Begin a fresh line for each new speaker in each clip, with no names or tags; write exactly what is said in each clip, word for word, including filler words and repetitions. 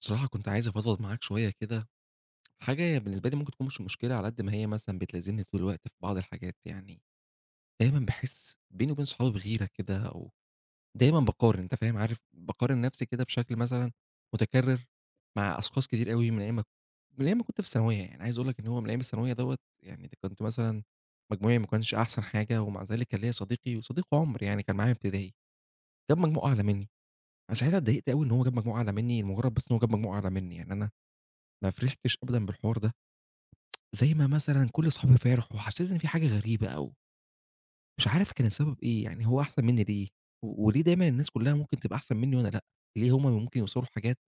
بصراحة كنت عايز أفضفض معاك شوية كده، حاجة بالنسبة لي ممكن تكون مش مشكلة على قد ما هي مثلًا بتلازمني طول الوقت في بعض الحاجات، يعني دايمًا باحس بيني وبين صحابي بغيرة كده أو دايمًا باقارن أنت فاهم، عارف باقارن نفسي كده بشكل مثلًا متكرر مع أشخاص كتير أوي من أيام ما من أيام ما كنت في ثانوية، يعني عايز أقول لك إن هو من أيام الثانوية دوّة يعني ده كنت مثلًا مجموعي ما كانش أحسن حاجة، ومع ذلك كان ليّا صديقي وصديق عمر يعني كان معايا ابتدائي، جاب مجموع أعلى مني، أنا ساعتها اتضايقت أوي إن هو جاب مجموع أعلى مني لمجرد بس إن هو جاب مجموع أعلى مني، يعني أنا ما فرحتش أبدًا بالحوار ده، زي ما مثلًا كل صحابي فرحوا، حسيت إن في حاجة غريبة أو مش عارف كان السبب إيه، يعني هو أحسن منّي ليه؟ و وليه دايمًا الناس كلّها ممكن تبقى أحسن منّي وأنا لأ؟ ليه هُم ممكن يوصلوا لحاجات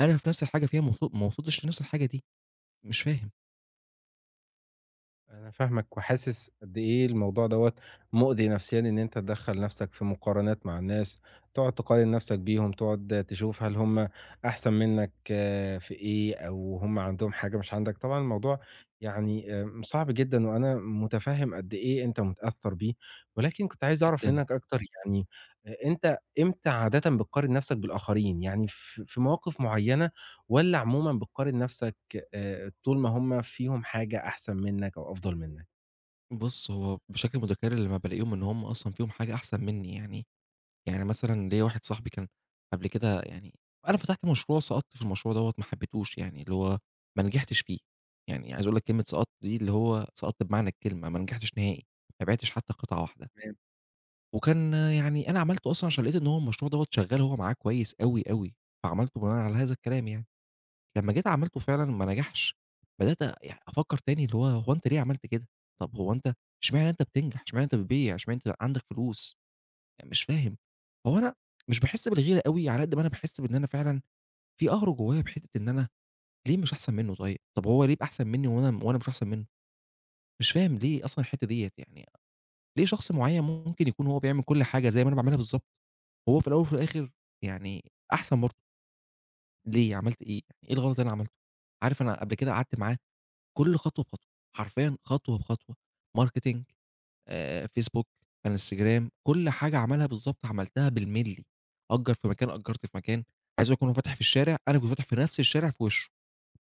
أنا في نفْس الحاجة فيها ما وص ما وصلتش لنفْس الحاجة دي؟ مش فاهم
أنا فاهمك وحاسس قد إيه الموضوع دوّة مؤذي نفسيًا إن أنت تدخّل نفسك في مقارنات مع الناس، تقعد تقارن نفسك بيهم، تقعد تشوف هل هم أحسن منك آه، في إيه أو هم عندهم حاجة مش عندك، طبعًا الموضوع يعني آمم، صعب جدًا وأنا متفهم قد إيه أنت متأثّر بيه، ولكن كنت عايز أعرف
جدًا.
منك أكتر يعني أ أنت إمتى عادةً بتقارن نفسك بالآخرين، يعني في في مواقف معيّنة والّا عمومًا بتقارن نفسك آآ طول ما هم فيهم حاجة أحسن منّك أو أفضل منّك.
بُص، هو بشكل متكرر لمّا بالاقيهم إن هُم أصلًا فيهم حاجة أحسن منّي يعني يعني مثلًا ليّا واحد صاحبي كان قبل كده يعني أنا فتحت مشروع سقطت في المشروع دوّة ما حبيتهوش يعني، اللي هو ما نجحتش فيه، يعني عايز أقول لك كلمة سقطت دي اللي هو سقطت بمعنى الكلمة، ما نجحتش نهائي، ما بِعتش حتى قطعة واحدة، وكان آه، يعني أنا عملته أصلًا عشان لقيت إن هو المشروع دوّة شغال هو معاه كويس أوي، أوي، فعملته بناءً على هذا الكلام يعني، لمّا جيت عملته فعلًا ما نجحش، بدأت يع أفكر تاني اللي هو هو أنت ليه عملت كده؟ طب هو أنت إشمعنى أنت بتنجح، إشمعنى أنت بتبيع، إشمعنى أنت عندك فلوس؟ يعني مش فاهم، هو أنا مش باحس بالغيرة أوي على قد ما أنا باحس بإن أنا فعلًا في قهر جوايا بحتّة إن أنا ليه مش أحسن منّه طيب؟ طب هو ليه يبقى أحسن منّي وأنا وأنا مش أحسن منّه؟ مش فاهم ليه أصلًا الحتّة ديّة يعني، ليه شخص معيّن ممكن يكون هو بيعمل كل حاجة زي ما أنا باعملها بالضبط، وهو في الأول وفي الآخر يعني أحسن برضه، ليه عملت إيه؟ يعني إيه الغلط اللي أنا عملته؟ عارف أنا قبل كده قعدت معاه كل خطوة بخطوة، حرفيًا خطوة بخطوة marketing آآ فيسبوك، إنستجرام، كل حاجة عملها بالضبط عملتها بالملي، أجّر في مكان، أجّرت في مكان، عايز أقول لك وأنا فاتح في الشارع، أنا كنت فاتح في نفس الشارع في وشه،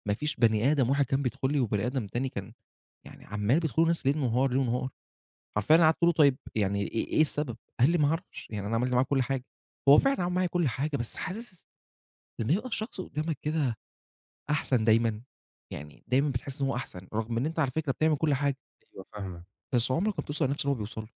ما فيش بني آدم واحد كان بيدخل لي وبني آدم تاني كان يعني عمّال بيدخلوا ناس ليل نهار، ليل نهار، حرفيًا أنا قعدت أقول له: "طيب يعني إيه إيه السبب؟" قال لي: "ما أعرفش، يعني أنا عملت معاه كل حاجة." هو فعلًا عمل معايا كل حاجة، بس حاسس لمّا يبقى الشخص قدّامك كده أحسن دايمًا، يعني دايمًا بتحس إن هو أحسن، رغم إن أنت على فكرة بتعمل كل حاجة،
أيوه فاهمك.
بس عمرك ما بتوصل لنفس اللي هو بيوصل له.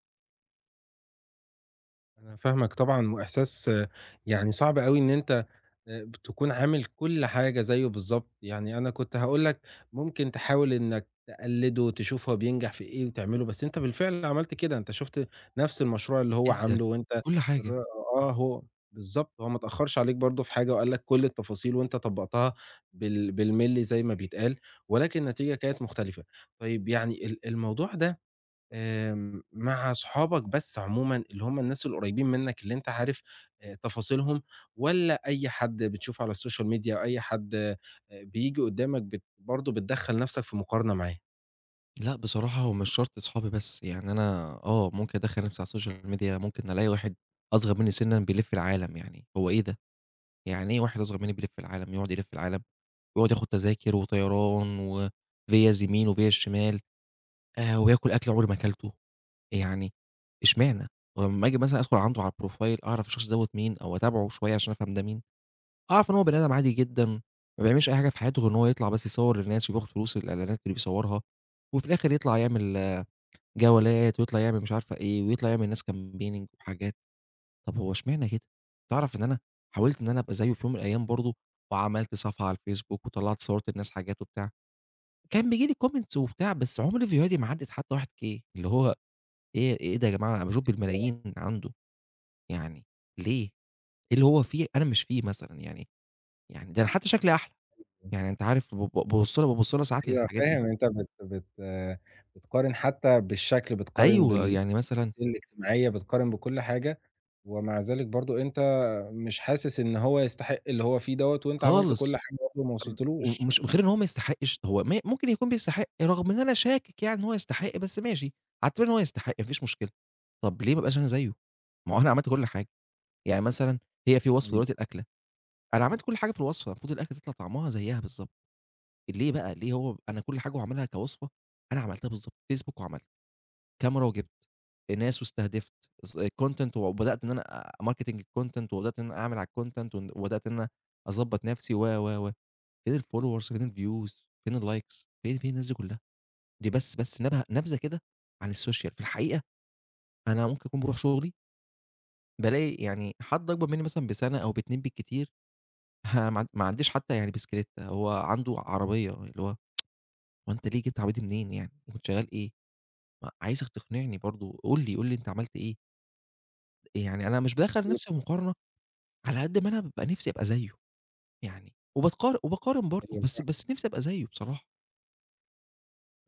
أنا فاهمك طبعًا وإحساس آه، يعني صعب أوي إن أنت آآ بتكون عامل كل حاجة زيّه بالضبط، يعني أنا كنت هاقول لك ممكن تحاول إنك تقلّده وتشوف هو بينجح في إيه وتعمله، بس أنت بالفعل عملت كده، أنت شُفت نفْس المشروع اللي هو
جدًا،
عامله وأنت
كل حاجة.
الر آه، هو بالضبط، هو ما اتأخّرش عليك برضه في حاجة وقال لك كل التفاصيل وأنت طبّقتها بال بالملي زي ما بيتقال، ولكن النتيجة كانت مختلفة. طيب يعني ال الموضوع ده آمم، مع صحابك بس عمومًا، اللي هم الناس القريبين منّك اللي أنت عارف آآ تفاصيلهم، والّا أي حد بتشوفه على السوشيال ميديا أو أي حد آآ بييجي قدّامك بت برضه بتدخّل نَفْسك في مقارنة معاه؟
لأ، بصراحة هو مش شرط صحابي بس، يعني أنا آه، ممكن أدخّل نفسي على السوشيال ميديا، ممكن ألاقي واحد أصغر منّي سِنًّا بيلِف العالم يعني، هو إيه ده! يعني إيه واحد أصغر منّي بيلِف العالم، يقعد يلِف العالم، ويقعد ياخد تذاكر وطيران وفيَّز يمين وفيَّز شمال، آآ، وياكل أكل عمري ما أكلته، يعني اشمعنى؟ ولمّا آجي مثلًا أدخل عنده على الprofile أعرف الشخص دوّة مين أو أتابعه شوية عشان أفهم ده مين، أعرف إن هو بني آدم عادي جدًا، ما بيعملش أي حاجة في حياته غير إن هو يطلع بس يصوّر للناس وبياخد فلوس الإعلانات اللي بيصوّرها، وفي الآخر يطلع يعمل جولات ويطلع يعمل مش عارفة إيه، ويطلع يعمل ناس campaigning وحاجات، طب هو إشمعنى كده؟ تعرف إن أنا حاولت إن أنا أبقى زيه في يوم من الأيام برضه، وعملت صفحة على الفيسبوك وطلّعت صورت للناس حاجات وبتاع، كان بييجي لي comments وبتاع، بس عمري فيديوهاتي ما عدِّت حتى وان كي اللي هو إيه إيه ده يا جماعة؟ أنا باشوف بالملايين عنده، يعني ليه؟ إيه اللي هو فيه أنا مش فيه مثلًا يعني يعني ده أنا حتى شكلي أحلى، يعني أنت عارف ب ب بابُص لها بابُص لها ساعات
أيوه
للحاجات دي.
فاهم، أنت بت بت آه، بتقارن حتى بالشكل، بتقارن
أيوه، يعني مثلًا
بالتفاصيل الاجتماعية، بتقارن بكل حاجة، ومع ذلك برضه أنت مش حاسس إن هو يستحق اللي هو فيه دوّة، وأنت عملت كل
خالص.
حاجة برضه وما
امم،
وصلتلوش.
ومش غير إن هو ما يستحقش، هو م ممكن يكون بيستحق رغم إن أنا شاكك يعني إن هو يستحق، بس ماشي، هاعتبر إن هو يستحق ما فيش مشكلة. طب ليه ما ابقاش أنا زيه؟ ما هو أنا عملت كل حاجة، يعني مثلًا هي في وصفة
أيوه،
دلوقتي الأكلة، أنا عملت كل حاجة في الوصفة، المفروض الأكلة تطلع طعمها زيها بالضبط، ليه بقى؟ ليه هو أنا كل حاجة هو عملها كوصفة أنا عملتها بالضبط، فيسبوك وعملت، كاميرا وجبت، ناس واستهدفت، ز content وبدأت إن أنا marketing الcontent وبدأت إن أنا أعمل على الcontent وإن وبدأت إن أنا أضبّط نفسي و، و، و. فين الfollowers فين الviews فين الlikes فين فين الناس دي كلها؟ دي بس بس نبه نبذة كده عن السوشيال، في الحقيقة أنا ممكن أكون باروح شغلي بالاقي يعني حد أكبر مني مثلًا بسنة أو باتنين بالكتير ها ما عن ما عنديش حتى يعني بسكليتة هو عنده عربية، اللي هو هو أنت ليه جبت عربية دي منين يعني؟ وكنت شغال إيه؟ ما عايزك تقنعني برضه قُل لي قُل لي أنت عملت إيه؟ يعني أنا مش بادخّل
مضبوط
نفسي في
صح،
مقارنة على قد ما أنا بابقى نفسي أبقى زيه يعني، وباتقار وباقارن برضه
أيوه.
بس بس نفسي أبقى زيه بصراحة.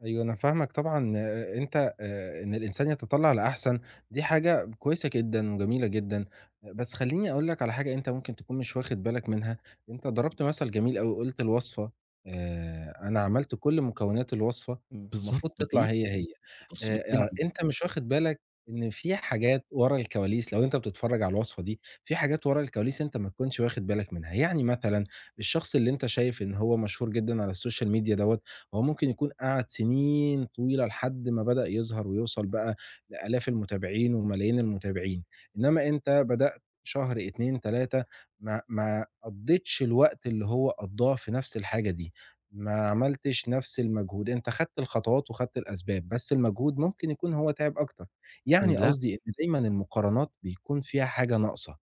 أيوه، أنا فاهمك طبعًا آآ، أنت آآ، إن الإنسان يتطلّع لأحسن دي حاجة كويسة جدًا وجميلة جدًا، آه، بس خلّيني أقول لك على حاجة أنت ممكن تكون مش واخد بالك منها، أنت ضربت مثل جميل أوي، قُلت الوصفة آآ، أنا عملت كل مكونات الوصفة
بالضبط،
المفروض تطلع
دي
هي، هي،
بُص
آآ،
بتبِل
آه،
لي.
أنت مش واخد بالك إن في حاجات ورا الكواليس لو أنت بتتفرّج على الوصفة دي، في حاجات ورا الكواليس أنت ما تكونش واخد بالك منها، يعني مثلًا الشخص اللي أنت شايف إن هو مشهور جدًا على السوشيال ميديا دوّة هو ممكن يكون قعد سنين طويلة لحد ما بدأ يظهر ويوصل بقى لآلاف المتابعين وملايين المتابعين، إنما أنت بدأت شهر اتنين تلاتة ما ما قضّيتش الوقت اللي هو قضّاه في نفس الحاجة دي، ما عملتش نفس المجهود، أنت خدت الخطوات وخدت الأسباب، بس المجهود ممكن يكون هو تعب أكتر، يعني
لا
قصدي إن دايمًا المقارنات بيكون فيها حاجة ناقصة،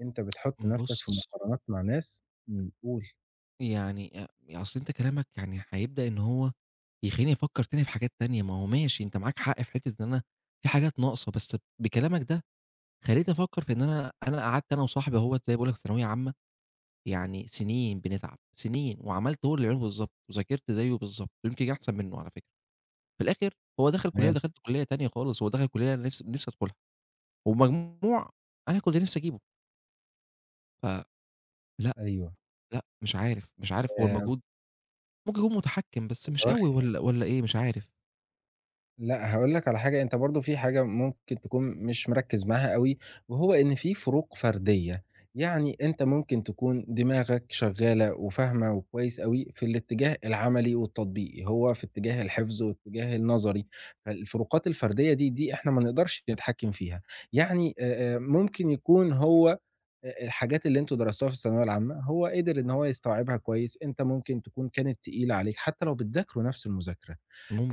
أنت بتحُط
إمم،
نفسك في
بُص،
مقارنات مع ناس إمم، قُل.
يعني أ أصل أنت كلامك يعني هيبدأ إن هو يخلّيني أفكّر تاني في حاجات تانية، ما هو ماشي أنت معاك حق في حتّة إن أنا في حاجات ناقصة، بس بكلامك ده خلّيتني أفكّر في إن أنا أنا قعدت أنا وصاحبي أهوّة زي ما باقول لك ثانوية عامة، يعني سنين بنتعب، سنين وعملت هو اللي عمله بالضبط، وذاكرت زيه بالضبط، ويمكن أحسن منه على فكرة، في الآخر هو دخل كلية
تمام،
ودخلت كلية تانية خالص، هو دخل كلية أنا نفسي نفسي أدخلها، وبمجموع أنا كنت نفسي أجيبه، فلأ،
أيوه.
لأ، مش عارف، مش عارف هو
آآ
المجهود ممكن يكون متحكّم، بس مش أوي
متوخّي
والّا والّا إيه مش عارف،
لأ، هاقول لك على حاجة، أنت برضه في حاجة ممكن تكون مش مركّز معاها أوي، وهو إن في فروق فردية، يعني أنت ممكن تكون دماغك شغّالة وفاهمة وكويس أوي في الاتجاه العملي والتطبيقي، هو في اتجاه الحفظ واتجاه النظري، فالفروقات الفردية دي، دي إحنا ما نقدرش نتحكّم فيها، يعني آآ، آآ، ممكن يكون هو آآ، الحاجات اللي أنتم درستوها في الثانوية العامة هو قدر إن هو يستوعبها كويس، أنت ممكن تكون كانت تقيلة عليك حتى لو بتذاكروا نفس المذاكرة.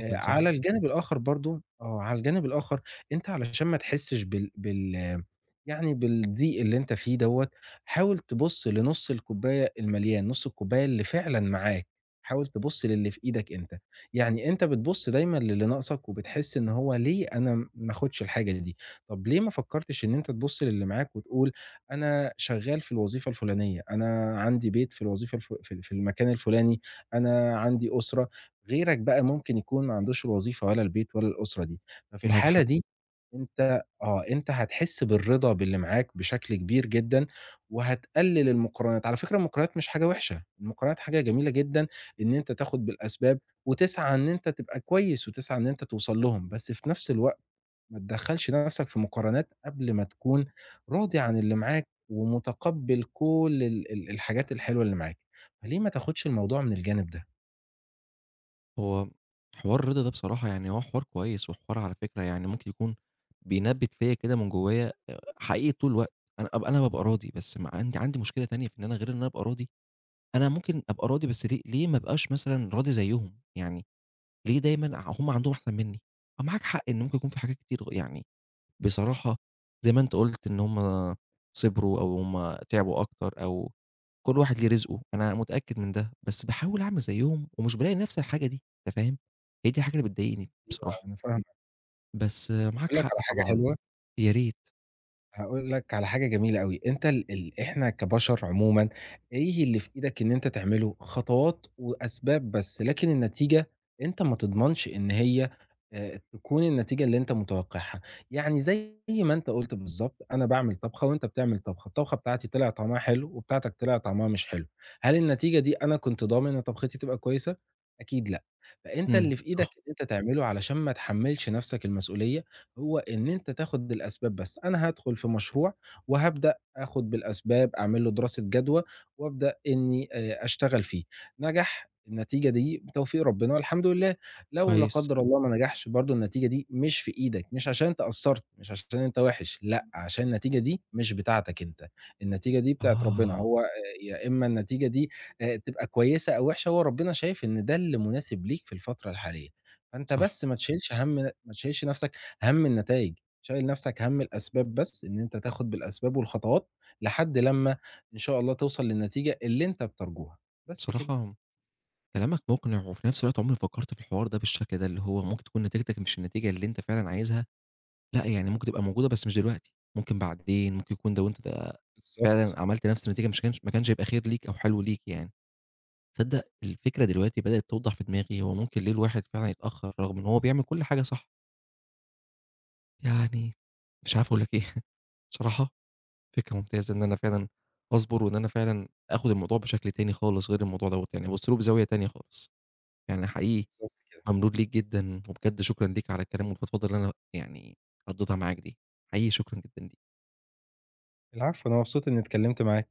آآ إمم.
صح،
على الجانب الآخر برضه آه، على الجانب الآخر أنت علشان ما تحسّش بال بال يعني بالضيق اللي أنت فيه دوّة، حاول تبُص لنُص الكوباية المليان، نُص الكوباية اللي فعلًا معاك، حاول تبُص للي في إيدك أنت، يعني أنت بتبُص دايمًا للي ناقصك وبتحس إن هو ليه أنا ما آخُدش الحاجة دي، طَب ليه ما فكّرتش إن أنت تبُص للي معاك وتقول أنا شغّال في الوظيفة الفُلانية، أنا عندي بيت في الوظيفة الف في في المكان الفُلاني، أنا عندي أسرة. غيرك بقى ممكن يكون ما عندوش الوظيفة ولا البيت ولا الأسرة دي، ففي
معاك
الحالة
حق،
دي أنت آه، أنت هتحس بالرضا باللي معاك بشكل كبير جدًا، وهتقلل المقارنات، على فكرة المقارنات مش حاجة وحشة، المقارنات حاجة جميلة جدًا إن أنت تاخد بالأسباب، وتسعى إن أنت تبقى كويس، وتسعى إن أنت توصل لهم، بس في نفس الوقت ما تدخّلش نفسك في مقارنات قبل ما تكون راضي عن اللي معاك، ومتقبل كل ال ال الحاجات الحلوة اللي معاك، فليه ما تاخدش الموضوع من الجانب ده؟
هو حوار رضا ده بصراحة يعني هو حوار كويس، وحوار على فكرة يعني ممكن يكون بينبّت فيّا كده من جوّايا آآ حقيقي طول الوقت، أنا أبقى أنا بابقى راضي، بس م عندي عندي مشكلة تانية في إن أنا غير إن أنا أبقى راضي، أنا ممكن أبقى راضي بس ليه ليه ما ابقاش مثلًا راضي زيّهم، يعني ليه دايمًا هم عندهم أحسن منّي؟ آه معاك حق إن ممكن يكون في حاجات كتير غ يعني بصراحة زي ما أنت قُلت إن هُم صبروا أو هُم تعبوا أكتر أو كل واحد ليه رزقه، أنا متأكد من ده، بس باحاول أعمل زيّهم ومش بالاقي نفس الحاجة دي، أنت فاهم؟ هي دي الحاجة اللي بتضايقني
أيوه
بصراحة،
أنا فاهمك.
بس آه، معاك
هاقول لك على
حق
حاجة
طبعًا،
حلوة،
يا ريت.
هاقول لك على حاجة جميلة أوي، أنت ال ال إحنا كبشر عمومًا إيه اللي في إيدك إن أنت تعمله؟ خطوات وأسباب بس، لكن النتيجة أنت ما تضمنش إن هي آآ تكون النتيجة اللي أنت متوقعها، يعني زي ما أنت قُلت بالضبط، أنا باعمل طبخة وأنت بتعمل طبخة، الطبخة بتاعتي طلع طعمها حلو وبتاعتك طلع طعمها مش حلو، هل النتيجة دي أنا كنت ضامن إن طبختي تبقى كويسة؟ أكيد لأ، فأنت
إمم،
اللي في إيدك
صح،
إن أنت تعمله علشان ما تحمّلش نفسك المسؤولية هو إن أنت تاخد الأسباب بس، أنا هادخل في مشروع وهابدأ آخد بالأسباب، أعمل له دراسة جدوى وأبدأ إني آآ أشتغل فيه، نجح النتيجة دي بتوفيق ربنا والحمد لله، لو لا
كويس.
قدّر الله ما نجحش برضه النتيجة دي مش في إيدك، مش عشان أنت قصّرت، مش عشان أنت وِحِش، لأ، عشان النتيجة دي مش بتاعتك أنت، النتيجة دي بتاعة ربنا،
آه،
هو آآ يا إما النتيجة دي آآ تبقى كويسة أو وِحشة، هو ربنا شايف إن ده اللي مناسب ليك في الفترة الحالية، فأنت
صح.
بس ما تشيلش هَم ما تشيلش نَفْسك هَم النتايج، شايل نَفْسك هَم الأسباب بس، إن أنت تاخد بالأسباب والخطوات لحد لمّا إن شاء الله توصل للنتيجة اللي أنت بترجوها، بس كده.
بصراحة كلامك مقنع وفي نفس الوقت عمري ما فكرت في الحوار ده بالشكل ده، اللي هو ممكن تكون نتيجتك مش النتيجة اللي أنت فعلًا عايزها، لأ يعني ممكن تبقى موجودة بس مش دلوقتي، ممكن بعدين، ممكن يكون ده وأنت
بالضبط،
فعلًا عملت نفس النتيجة مش كانش ما كانش هيبقى خير ليك أو حلو ليك يعني. تصدّق الفكرة دلوقتي بدأت توضح في دماغي، هو ممكن ليه الواحد فعلًا يتأخّر رغم إن هو بيعمل كل حاجة صح. يعني مش عارف أقول لك إيه، بصراحة فكرة ممتازة إن أنا فعلًا أصبر وإن أنا فعلًا آخُد الموضوع بشكل تاني خالص غير الموضوع دوّة، يعني بأسلوب زاوية تانية خالص. يعني حقيقي
بالضبط كده.
ممنون ليك جدًا وبجد شكرًا ليك على الكلام والفضفضة اللي أنا يعني قضّيتها معاك دي. حقيقي شكرًا جدًا ليك.
العفو، أنا مبسوط إنّي اتكلّمت معاك.